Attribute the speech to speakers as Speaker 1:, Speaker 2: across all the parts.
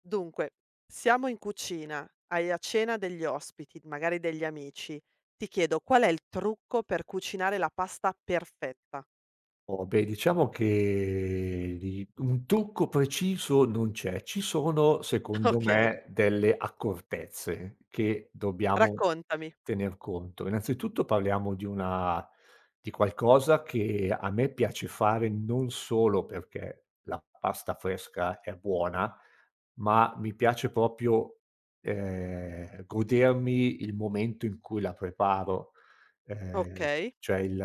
Speaker 1: Dunque, siamo in cucina, hai a cena degli ospiti, magari degli amici. Ti chiedo qual è il trucco per cucinare la pasta perfetta?
Speaker 2: Oh, beh, diciamo che lì un trucco preciso non c'è. Ci sono, secondo
Speaker 1: Okay.
Speaker 2: me, delle accortezze che dobbiamo
Speaker 1: Raccontami.
Speaker 2: tener conto. Innanzitutto parliamo di una di qualcosa che a me piace fare non solo perché la pasta fresca è buona, ma mi piace proprio, godermi il momento in cui la preparo. Ehm
Speaker 1: Okay.
Speaker 2: cioè, il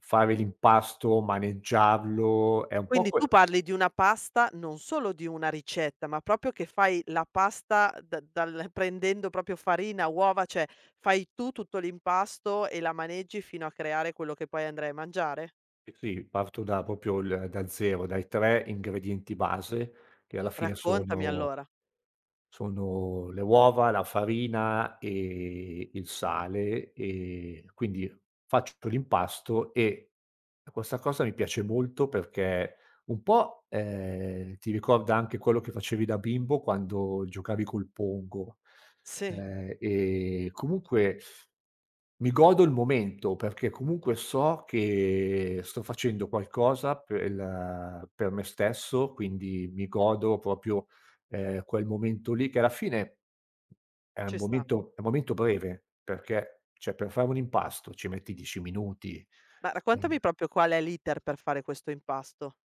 Speaker 2: fare l'impasto, maneggiarlo, è un po'
Speaker 1: Quindi
Speaker 2: que
Speaker 1: tu parli di una pasta, non solo di una ricetta, ma proprio che fai la pasta da dal prendendo proprio farina, uova, cioè fai tu tutto l'impasto e la maneggi fino a creare quello che poi andrai a mangiare?
Speaker 2: Sì, sì, parto da proprio il da 0, dai 3 ingredienti base, che alla fine
Speaker 1: Raccontami
Speaker 2: sono
Speaker 1: allora.
Speaker 2: Sono le uova, la farina e il sale. Quindi faccio l'impasto, e questa cosa mi piace molto perché un po', ti ricorda anche quello che facevi da bimbo quando giocavi col pongo,
Speaker 1: Sì,
Speaker 2: e comunque mi godo il momento perché comunque so che sto facendo qualcosa per me stesso, quindi mi godo proprio quel momento lì, che alla fine è un
Speaker 1: ci sta.
Speaker 2: momento è un momento breve, perché, cioè, per fare un impasto ci metti 10 minuti.
Speaker 1: Ma
Speaker 2: Mh.
Speaker 1: raccontami proprio qual è l'iter per fare questo impasto.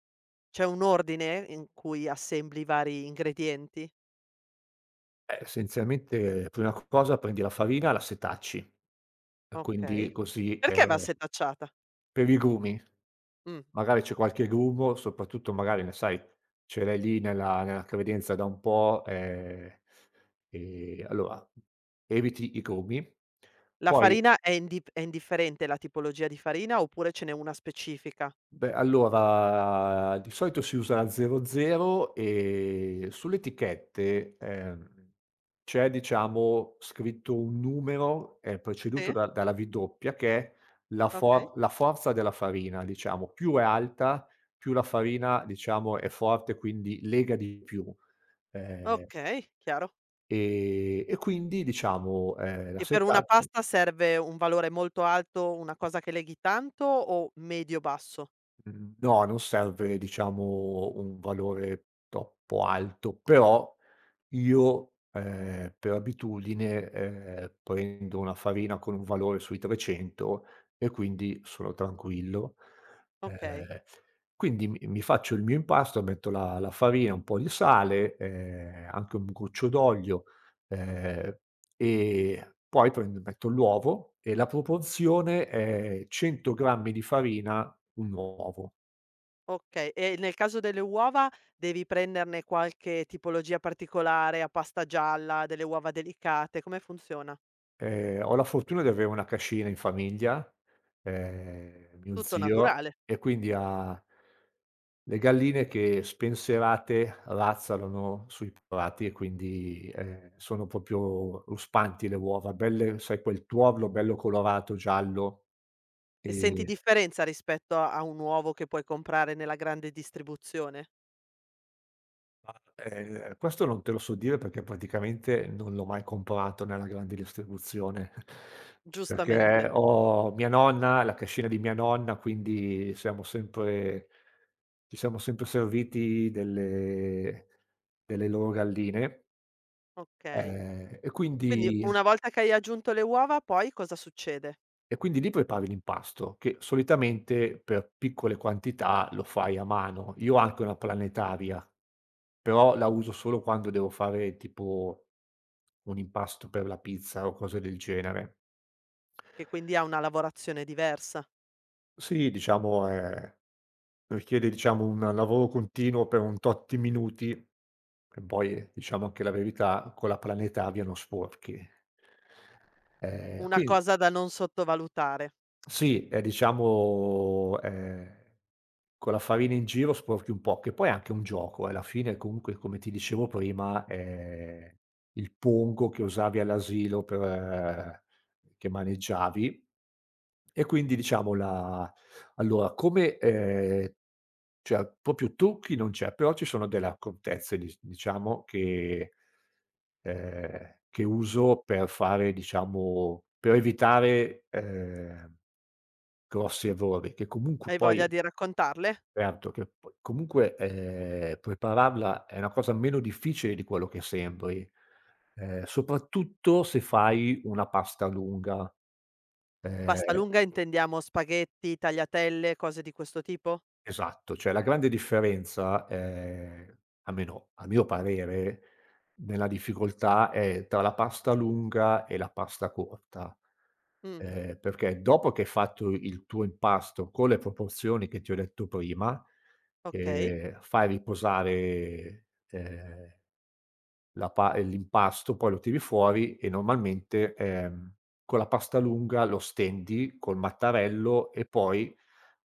Speaker 1: C'è un ordine in cui assembli i vari ingredienti?
Speaker 2: Essenzialmente prima cosa prendi la farina, la setacci, e
Speaker 1: Okay.
Speaker 2: quindi così,
Speaker 1: Perché va setacciata?
Speaker 2: per i grumi.
Speaker 1: Mh.
Speaker 2: Magari c'è qualche grumo, soprattutto magari ne sai, ce l'hai lì nella credenza da un po', e allora eviti i grumi.
Speaker 1: La
Speaker 2: Poi,
Speaker 1: farina è indifferente la tipologia di farina oppure ce n'è una specifica?
Speaker 2: beh, allora di solito si usa 00, e sulle etichette, c'è, diciamo, scritto un numero, preceduto
Speaker 1: Sì?
Speaker 2: da dalla V doppia, che è la
Speaker 1: Okay.
Speaker 2: for la forza della farina, diciamo. Più è alta, più la farina, diciamo, è forte, quindi lega di più. Ehm,
Speaker 1: Okay, chiaro.
Speaker 2: e quindi, diciamo, la
Speaker 1: E per una
Speaker 2: setaccia.
Speaker 1: pasta serve un valore molto alto, una cosa che leghi tanto o medio basso?
Speaker 2: Mhmm, no, non serve, diciamo, un valore troppo alto. Però io, per abitudine, prendo una farina con un valore sui 300, e quindi sono tranquillo.
Speaker 1: Okay.
Speaker 2: Ehm, quindi mi faccio il mio impasto, metto la farina, un po' di sale, anche un goccio d'olio, ehm, e poi prendo metto l'uovo, e la proporzione è 100 grammi di farina, 1 uovo.
Speaker 1: Okay, e nel caso delle uova devi prenderne qualche tipologia particolare a pasta gialla, delle uova delicate, come funziona?
Speaker 2: Ho la fortuna di avere una cascina in famiglia, mio
Speaker 1: Tutto
Speaker 2: zio,
Speaker 1: naturale.
Speaker 2: e quindi ha le galline che spenserate razzolano sui prati, e quindi, sono proprio ruspanti le uova, belle, sai, quel tuorlo bello colorato, giallo,
Speaker 1: E senti
Speaker 2: ehm
Speaker 1: differenza rispetto a un uovo che puoi comprare nella grande distribuzione?
Speaker 2: ma, questo non te lo so dire perché praticamente non l'ho mai comprato nella grande distribuzione,
Speaker 1: Giustamente,
Speaker 2: perché ho mia nonna, la cascina di mia nonna, quindi siamo sempre ci siamo sempre serviti delle loro galline,
Speaker 1: okay.
Speaker 2: ehm, e
Speaker 1: Quindi
Speaker 2: quindi
Speaker 1: una volta che hai aggiunto le uova poi cosa succede?
Speaker 2: e quindi lì prepari l'impasto, che solitamente per piccole quantità lo fai a mano. Io ho anche una planetaria. Però la uso solo quando devo fare tipo un impasto per la pizza o cose del genere.
Speaker 1: Che quindi ha una lavorazione diversa.
Speaker 2: Sì, diciamo è richiede, diciamo, un lavoro continuo per un tot di minuti, e poi, diciamo anche la verità, con la planetaria non sporchi.
Speaker 1: Una
Speaker 2: Quindi
Speaker 1: cosa da non sottovalutare.
Speaker 2: sì, è diciamo, con la farina in giro sporchi un po', che poi è anche un gioco, alla fine comunque come ti dicevo prima, il pongo che usavi all'asilo per che maneggiavi, e quindi, diciamo, allora come, ehm, cioè, proprio trucchi non c'è, però ci sono delle accortezze, diciamo, che uso per fare diciamo per evitare, grossi errori, che comunque
Speaker 1: Hai voglia
Speaker 2: poi
Speaker 1: di raccontarle?
Speaker 2: certo. Che poi, comunque, prepararla è una cosa meno difficile di quello che sembri, soprattutto se fai una pasta lunga. Ehm
Speaker 1: Pasta lunga intendiamo spaghetti, tagliatelle, cose di questo tipo?
Speaker 2: Esatto, cioè la grande differenza, almeno a mio parere, nella difficoltà è tra la pasta lunga e la pasta corta,
Speaker 1: Mh.
Speaker 2: perché dopo che hai fatto il tuo impasto con le proporzioni che ti ho detto prima,
Speaker 1: Okay.
Speaker 2: fai riposare, la pa l'impasto, poi lo tiri fuori, e normalmente, con la pasta lunga lo stendi col mattarello. E poi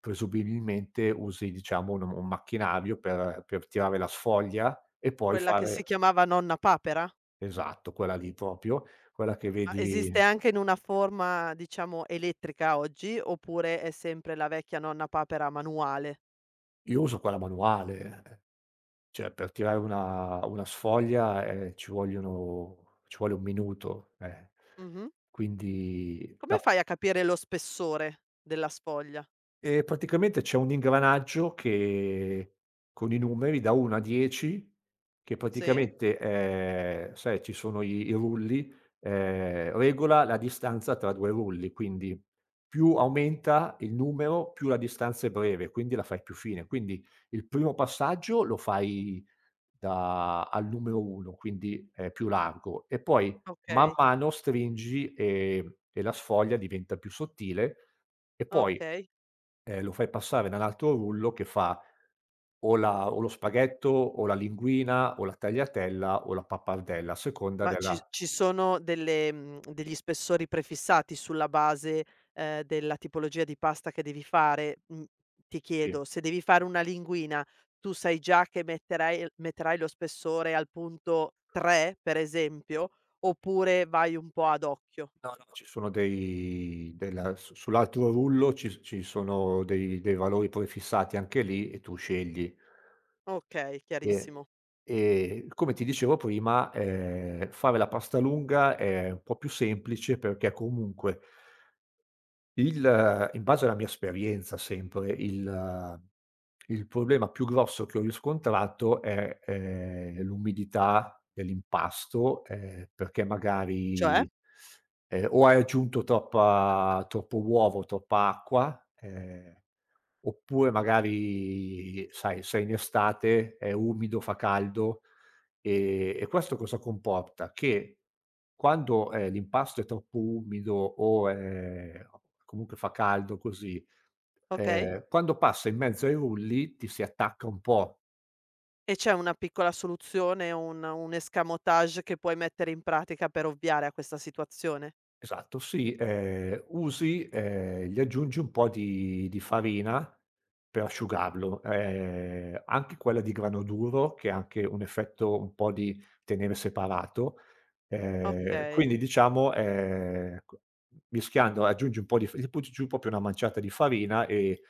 Speaker 2: presumibilmente usi, diciamo, un macchinario per tirare la sfoglia e poi
Speaker 1: Quella che si
Speaker 2: fare.
Speaker 1: chiamava Nonna Papera?
Speaker 2: Esatto, quella lì proprio, quella che
Speaker 1: Ma
Speaker 2: vedi.
Speaker 1: esiste anche in una forma, diciamo, elettrica oggi, oppure è sempre la vecchia Nonna Papera manuale?
Speaker 2: Io uso quella manuale, cioè per tirare una sfoglia, ci vuole 1 minuto, eh.
Speaker 1: Mh-mh.
Speaker 2: Quindi
Speaker 1: Come
Speaker 2: la
Speaker 1: fai a capire lo spessore della sfoglia?
Speaker 2: E praticamente c'è un ingranaggio che, con i numeri da 1 a 10, che
Speaker 1: Sì?
Speaker 2: praticamente, sai, ci sono i rulli, regola la distanza tra 2 rulli, quindi più aumenta il numero, più la distanza è breve, quindi la fai più fine. Quindi il primo passaggio lo fai da al numero 1, quindi è più largo, e poi man
Speaker 1: Okay,
Speaker 2: mano stringi, e la sfoglia diventa più sottile, e poi
Speaker 1: okay.
Speaker 2: Lo fai passare nell'altro rullo, che fa o lo spaghetto, o la linguina, o la tagliatella, o la pappardella, a seconda
Speaker 1: Ma ci
Speaker 2: della.
Speaker 1: ci sono delle degli spessori prefissati sulla base, della tipologia di pasta che devi fare? Mhmm, Ti
Speaker 2: Sì.
Speaker 1: chiedo, se devi fare una linguina, tu sai già che metterai lo spessore al punto 3, per esempio, oppure vai un po' ad occhio?
Speaker 2: No, no, ci sono dei della su sull'altro rullo ci sono dei valori prefissati anche lì, e tu scegli.
Speaker 1: Okay,
Speaker 2: E
Speaker 1: chiarissimo.
Speaker 2: e come ti dicevo prima, fare la pasta lunga è un po' più semplice perché comunque il, in base alla mia esperienza sempre, il problema più grosso che ho riscontrato è, l'umidità dell'impasto, perché
Speaker 1: Cioè?
Speaker 2: magari, o hai aggiunto troppa troppo uovo, troppa acqua, oppure magari sai sei in estate, è umido, fa caldo, e questo cosa comporta? Che quando, l'impasto è troppo umido, o, comunque fa caldo così,
Speaker 1: Okay.
Speaker 2: Quando passa in mezzo ai rulli ti si attacca un po'.
Speaker 1: E c'è una piccola soluzione, un escamotage che puoi mettere in pratica per ovviare a questa situazione?
Speaker 2: Esatto, sì, usi gli aggiungi un po' di farina per asciugarlo, anche quella di grano duro, che ha anche un effetto un po' di tenere separato. Okay.
Speaker 1: Okay.
Speaker 2: Quindi, diciamo, co mischiando aggiungi un po' di f gli butti giù proprio una manciata di farina,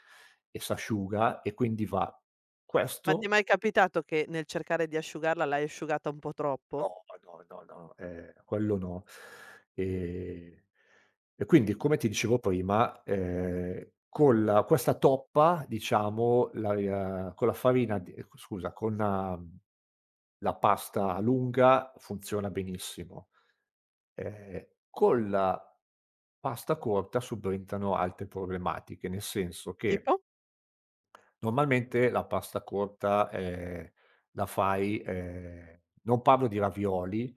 Speaker 2: e s'asciuga e quindi va.
Speaker 1: Ma ti è
Speaker 2: Questo
Speaker 1: mai capitato che nel cercare di asciugarla l'hai asciugata un po' troppo?
Speaker 2: No, no, no, no, quello no. Ehm, e quindi, come ti dicevo prima, con la, questa toppa, diciamo, la, con la farina di, scusa, con la, la pasta lunga funziona benissimo. Con la pasta corta subentrano altre problematiche, nel senso che
Speaker 1: Tipo?
Speaker 2: normalmente la pasta corta, la fai, non parlo di ravioli,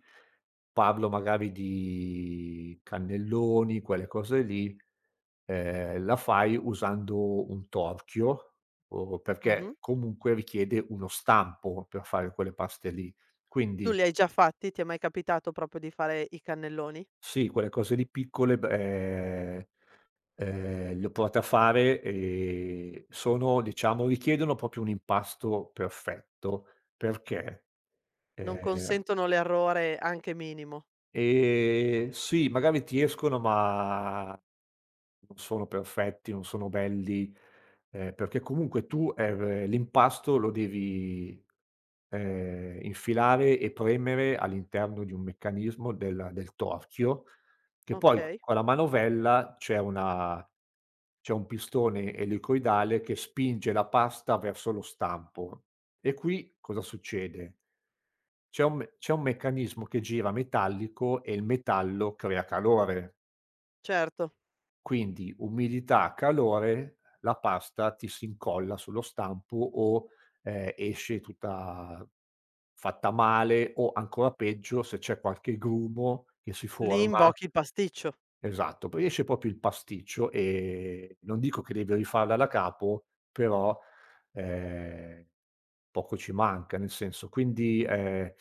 Speaker 2: parlo magari di cannelloni, quelle cose lì, la fai usando un torchio, o
Speaker 1: Mh-mh.
Speaker 2: perché comunque richiede uno stampo per fare quelle paste lì.
Speaker 1: Tu
Speaker 2: Quindi
Speaker 1: li hai già fatti? Ti è mai capitato proprio di fare i cannelloni?
Speaker 2: sì, quelle cose lì piccole, b le ho provate a fare, e sono diciamo, richiedono proprio un impasto perfetto, perché, Mh.
Speaker 1: Non
Speaker 2: ehm,
Speaker 1: consentono l'errore anche minimo.
Speaker 2: sì, magari ti escono, ma non sono perfetti, non sono belli, perché comunque tu, l'impasto lo devi, infilare e premere all'interno di un meccanismo del torchio, che poi
Speaker 1: Okay,
Speaker 2: con la manovella c'è un pistone elicoidale che spinge la pasta verso lo stampo. E qui cosa succede? C'è un meccanismo che gira metallico, e il metallo crea calore.
Speaker 1: certo.
Speaker 2: Quindi umidità, calore, la pasta ti si incolla sullo stampo, o, esce tutta fatta male, o ancora peggio se c'è qualche grumo che si
Speaker 1: Lì
Speaker 2: forma.
Speaker 1: invochi il pasticcio.
Speaker 2: Esatto, poi esce proprio il pasticcio. Non dico che devi rifarla da capo, però, ehm, poco ci manca, nel senso, quindi,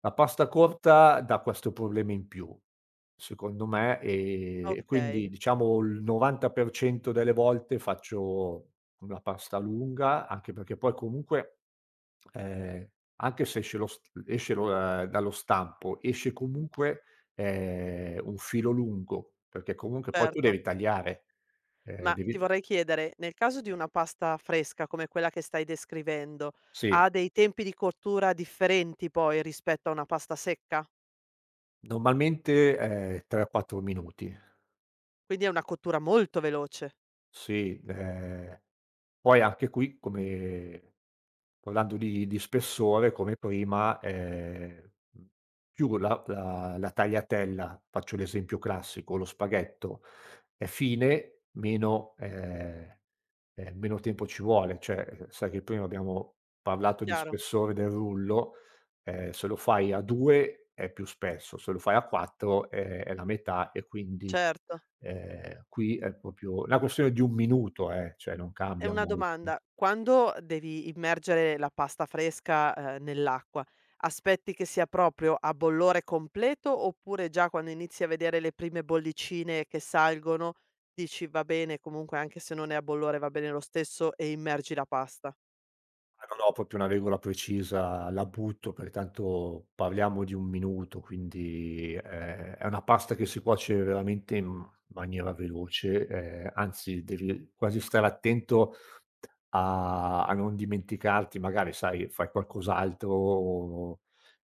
Speaker 2: la pasta corta dà questo problema in più, secondo me, e
Speaker 1: Okay,
Speaker 2: quindi, diciamo, il 90% delle volte faccio una pasta lunga, anche perché poi comunque Ehm, anche se esce lo st esce lo dallo stampo, esce comunque, un filo lungo, perché comunque poi tu
Speaker 1: certo.
Speaker 2: devi tagliare,
Speaker 1: Ma ti
Speaker 2: devi.
Speaker 1: vorrei chiedere, nel caso di una pasta fresca come quella che stai descrivendo,
Speaker 2: Sì,
Speaker 1: ha dei tempi di cottura differenti poi rispetto a una pasta secca?
Speaker 2: normalmente, 3 o 4 minuti.
Speaker 1: Quindi è una cottura molto veloce.
Speaker 2: Sì, poi anche qui, come parlando di spessore, come prima, più la tagliatella, faccio l'esempio classico, lo spaghetto, è fine, meno tempo ci vuole, cioè, sai che prima abbiamo parlato di
Speaker 1: Chiaro,
Speaker 2: spessore del rullo, se lo fai a 2 è più spesso, se lo fai a 4 è la metà, e quindi,
Speaker 1: certo.
Speaker 2: qui è proprio una questione di 1 minuto, cioè non
Speaker 1: E
Speaker 2: cambia
Speaker 1: una domanda:
Speaker 2: molto.
Speaker 1: quando devi immergere la pasta fresca, nell'acqua, aspetti che sia proprio a bollore completo, oppure già quando inizi a vedere le prime bollicine che salgono dici: "Va bene, comunque anche se non è a bollore va bene lo stesso" e immergi la pasta?
Speaker 2: Ah, non ho proprio una regola precisa, la butto perché tanto parliamo di 1 minuto, quindi, è una pasta che si cuoce veramente in maniera veloce, anzi, devi quasi stare attento a non dimenticarti, magari, sai, fai qualcos'altro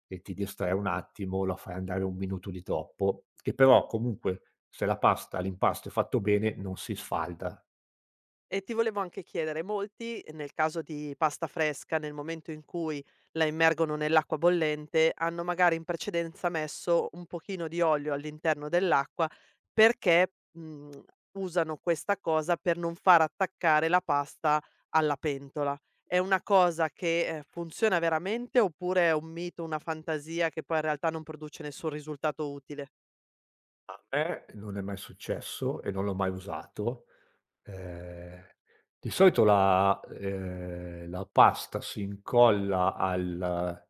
Speaker 2: e ti distrai un attimo, la fai andare 1 minuto di troppo, che però comunque, se la pasta, l'impasto, è fatto bene non si sfalda.
Speaker 1: E ti volevo anche chiedere, molti nel caso di pasta fresca, nel momento in cui la immergono nell'acqua bollente, hanno magari in precedenza messo un pochino di olio all'interno dell'acqua perché, usano questa cosa per non far attaccare la pasta alla pentola. È una cosa che, funziona veramente oppure è un mito, una fantasia che poi in realtà non produce nessun risultato utile?
Speaker 2: A me non è mai successo, e non l'ho mai usato. Ehm, di solito la, la pasta si incolla al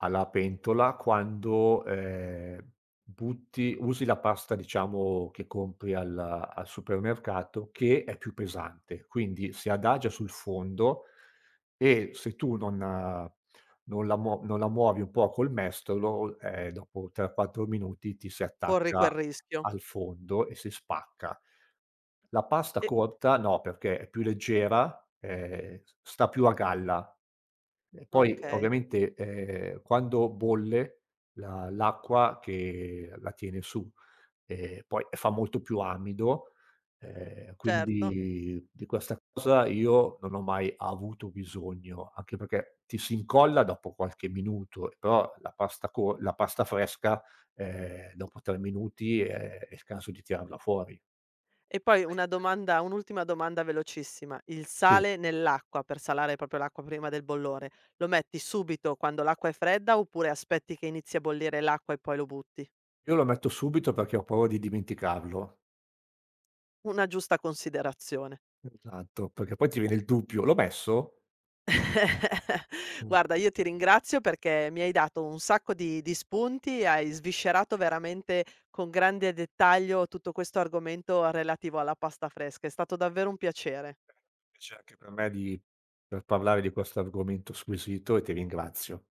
Speaker 2: alla pentola quando, butti usi la pasta, diciamo, che compri al supermercato, che è più pesante, quindi si adagia sul fondo, e se tu non, non la muo non la muovi un po' col mestolo, dopo 3, 4 minuti ti si
Speaker 1: Corri quel
Speaker 2: attacca
Speaker 1: rischio.
Speaker 2: al fondo e si spacca. La pasta
Speaker 1: E
Speaker 2: cotta no, perché è più leggera, s sta più a galla. E poi,
Speaker 1: okay,
Speaker 2: ovviamente, quando bolle la l'acqua che la tiene su, poi fa molto più amido,
Speaker 1: certo.
Speaker 2: quindi di questa cosa io non ho mai avuto bisogno, anche perché ti si incolla dopo qualche minuto. Però la pasta co, la pasta fresca, dopo 3 minuti è il caso di tirarla fuori.
Speaker 1: E poi una domanda un'ultima domanda velocissima. Il
Speaker 2: Sì,
Speaker 1: sale nell'acqua, per salare proprio l'acqua prima del bollore, lo metti subito quando l'acqua è fredda oppure aspetti che inizi a bollire l'acqua e poi lo butti?
Speaker 2: io lo metto subito perché ho paura di dimenticarlo.
Speaker 1: Una giusta considerazione.
Speaker 2: Esatto, perché poi ti viene il dubbio: "L'ho messo?" Mh,
Speaker 1: Guarda, io ti ringrazio perché mi hai dato un sacco di spunti, hai sviscerato veramente con grande dettaglio tutto questo argomento relativo alla pasta fresca. È stato davvero un piacere.
Speaker 2: Invece anche per me, di per parlare di questo argomento squisito, e ti ringrazio.